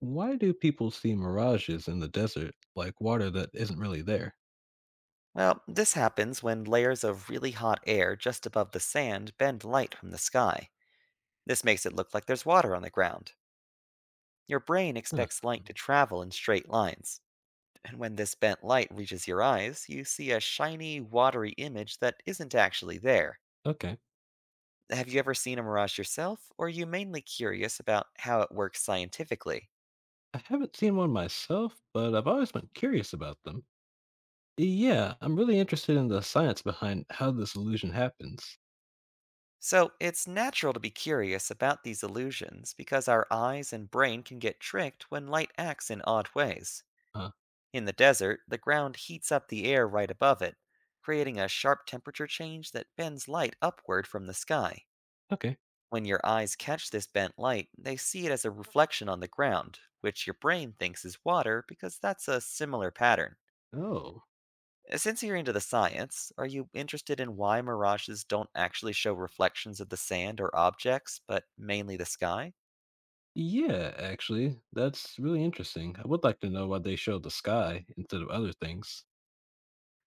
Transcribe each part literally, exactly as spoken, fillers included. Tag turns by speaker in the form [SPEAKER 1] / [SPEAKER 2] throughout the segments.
[SPEAKER 1] Why do people see mirages in the desert, like water that isn't really there?
[SPEAKER 2] Well, this happens when layers of really hot air just above the sand bend light from the sky. This makes it look like there's water on the ground. Your brain
[SPEAKER 1] Huh.
[SPEAKER 2] expects light to travel in straight lines, and when this bent light reaches your eyes, you see a shiny, watery image that isn't actually there.
[SPEAKER 1] Okay.
[SPEAKER 2] Have you ever seen a mirage yourself, or are you mainly curious about how it works scientifically?
[SPEAKER 1] I haven't seen one myself, but I've always been curious about them. Yeah, I'm really interested in the science behind how this illusion happens.
[SPEAKER 2] So, it's natural to be curious about these illusions because our eyes and brain can get tricked when light acts in odd ways.
[SPEAKER 1] Huh.
[SPEAKER 2] In the desert, the ground heats up the air right above it, creating a sharp temperature change that bends light upward from the sky.
[SPEAKER 1] Okay.
[SPEAKER 2] When your eyes catch this bent light, they see it as a reflection on the ground, which your brain thinks is water because that's a similar pattern.
[SPEAKER 1] Oh.
[SPEAKER 2] Uh, Since you're into the science, are you interested in why mirages don't actually show reflections of the sand or objects, but mainly the sky?
[SPEAKER 1] Yeah, actually, that's really interesting. I would like to know why they show the sky instead of other things.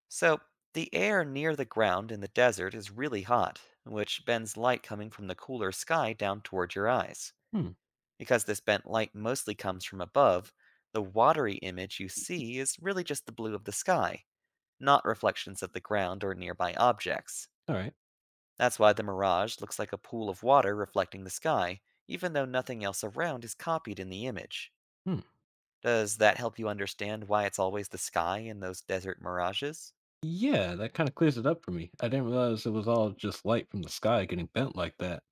[SPEAKER 2] So, the air near the ground in the desert is really hot, which bends light coming from the cooler sky down toward your eyes.
[SPEAKER 1] Hmm.
[SPEAKER 2] Because this bent light mostly comes from above, the watery image you see is really just the blue of the sky, not reflections of the ground or nearby objects.
[SPEAKER 1] All right.
[SPEAKER 2] That's why the mirage looks like a pool of water reflecting the sky, even though nothing else around is copied in the image.
[SPEAKER 1] Hmm.
[SPEAKER 2] Does that help you understand why it's always the sky in those desert mirages?
[SPEAKER 1] Yeah, that kind of clears it up for me. I didn't realize it was all just light from the sky getting bent like that.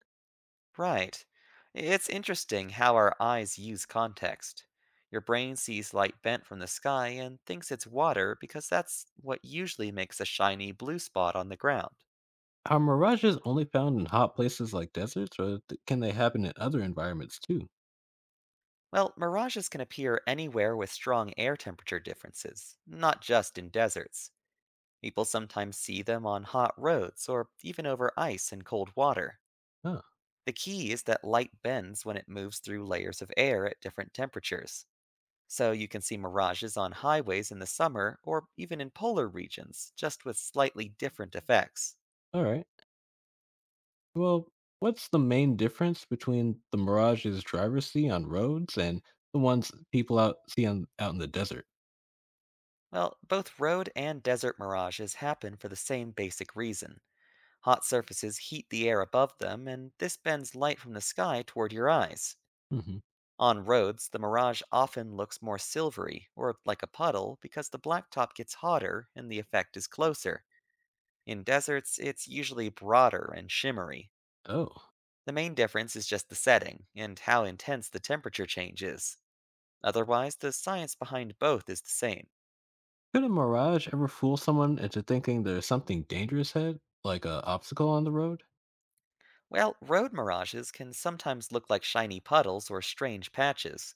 [SPEAKER 2] Right. It's interesting how our eyes use context. Your brain sees light bent from the sky and thinks it's water because that's what usually makes a shiny blue spot on the ground.
[SPEAKER 1] Are mirages only found in hot places like deserts, or th- can they happen in other environments too?
[SPEAKER 2] Well, mirages can appear anywhere with strong air temperature differences, not just in deserts. People sometimes see them on hot roads or even over ice and cold water.
[SPEAKER 1] Huh.
[SPEAKER 2] The key is that light bends when it moves through layers of air at different temperatures. So you can see mirages on highways in the summer or even in polar regions, just with slightly different effects.
[SPEAKER 1] All right. Well, what's the main difference between the mirages drivers see on roads and the ones people out see on, out in the desert?
[SPEAKER 2] Well, both road and desert mirages happen for the same basic reason. Hot surfaces heat the air above them, and this bends light from the sky toward your eyes.
[SPEAKER 1] Hmm.
[SPEAKER 2] On roads, the mirage often looks more silvery, or like a puddle, because the blacktop gets hotter and the effect is closer. In deserts, it's usually broader and shimmery.
[SPEAKER 1] Oh,
[SPEAKER 2] The main difference is just the setting and how intense the temperature change is. Otherwise, the science behind both is the same.
[SPEAKER 1] could a mirage ever fool someone into thinking there's something dangerous ahead, like a obstacle on the road?
[SPEAKER 2] Well, road mirages can sometimes look like shiny puddles or strange patches.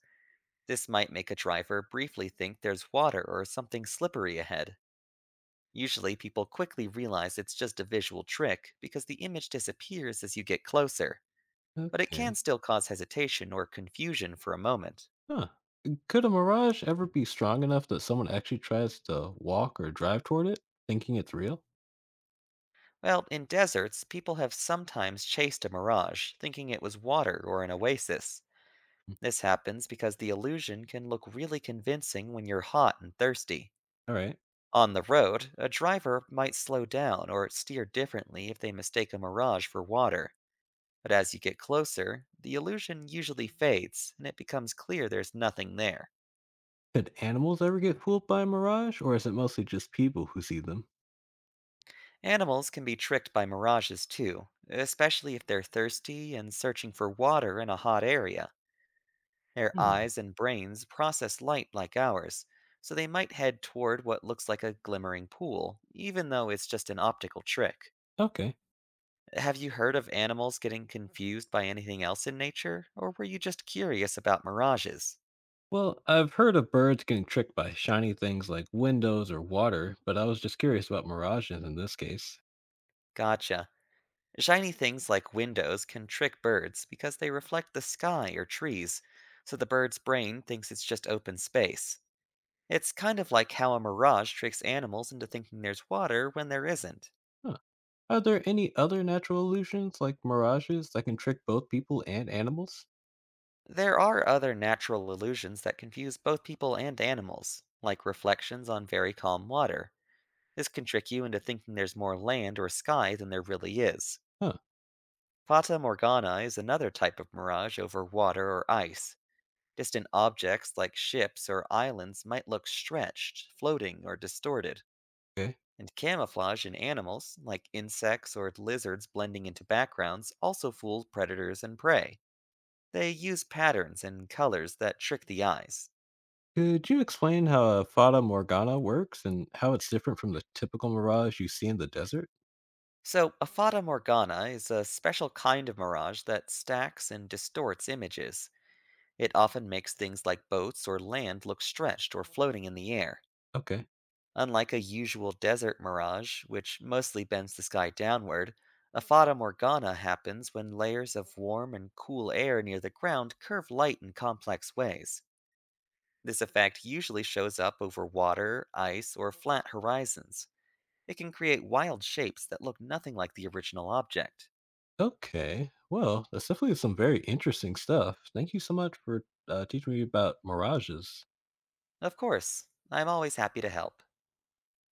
[SPEAKER 2] This might make a driver briefly think there's water or something slippery ahead. Usually, people quickly realize it's just a visual trick because the image disappears as you get closer, but it can
[SPEAKER 1] Okay.
[SPEAKER 2] still cause hesitation or confusion for a moment.
[SPEAKER 1] Huh. Could a mirage ever be strong enough that someone actually tries to walk or drive toward it, thinking it's real?
[SPEAKER 2] Well, in deserts, people have sometimes chased a mirage, thinking it was water or an oasis. This happens because the illusion can look really convincing when you're hot and thirsty.
[SPEAKER 1] All right.
[SPEAKER 2] On the road, a driver might slow down or steer differently if they mistake a mirage for water. But as you get closer, the illusion usually fades, and it becomes clear there's nothing there.
[SPEAKER 1] Could animals ever get fooled by a mirage, or is it mostly just people who see them?
[SPEAKER 2] Animals can be tricked by mirages too, especially if they're thirsty and searching for water in a hot area. Their
[SPEAKER 1] Hmm.
[SPEAKER 2] eyes and brains process light like ours, so they might head toward what looks like a glimmering pool, even though it's just an optical trick.
[SPEAKER 1] Okay.
[SPEAKER 2] Have you heard of animals getting confused by anything else in nature, or were you just curious about mirages?
[SPEAKER 1] Well, I've heard of birds getting tricked by shiny things like windows or water, but I was just curious about mirages in this case.
[SPEAKER 2] Gotcha. Shiny things like windows can trick birds because they reflect the sky or trees, so the bird's brain thinks it's just open space. It's kind of like how a mirage tricks animals into thinking there's water when there isn't.
[SPEAKER 1] Huh. Are there any other natural illusions like mirages that can trick both people and animals?
[SPEAKER 2] There are other natural illusions that confuse both people and animals, like reflections on very calm water. This can trick you into thinking there's more land or sky than there really is.
[SPEAKER 1] Huh.
[SPEAKER 2] Fata Morgana is another type of mirage over water or ice. Distant objects like ships or islands might look stretched, floating, or distorted.
[SPEAKER 1] Okay.
[SPEAKER 2] And camouflage in animals, like insects or lizards blending into backgrounds, also fool predators and prey. They use patterns and colors that trick the eyes.
[SPEAKER 1] Could you explain how a fata morgana works and how it's different from the typical mirage you see in the desert?
[SPEAKER 2] So, a fata morgana is a special kind of mirage that stacks and distorts images. It often makes things like boats or land look stretched or floating in the air.
[SPEAKER 1] Okay.
[SPEAKER 2] Unlike a usual desert mirage, which mostly bends the sky downward, a fata morgana happens when layers of warm and cool air near the ground curve light in complex ways. This effect usually shows up over water, ice, or flat horizons. It can create wild shapes that look nothing like the original object.
[SPEAKER 1] Okay. Well, that's definitely some very interesting stuff. Thank you so much for uh, teaching me about mirages.
[SPEAKER 2] Of course, I'm always happy to help.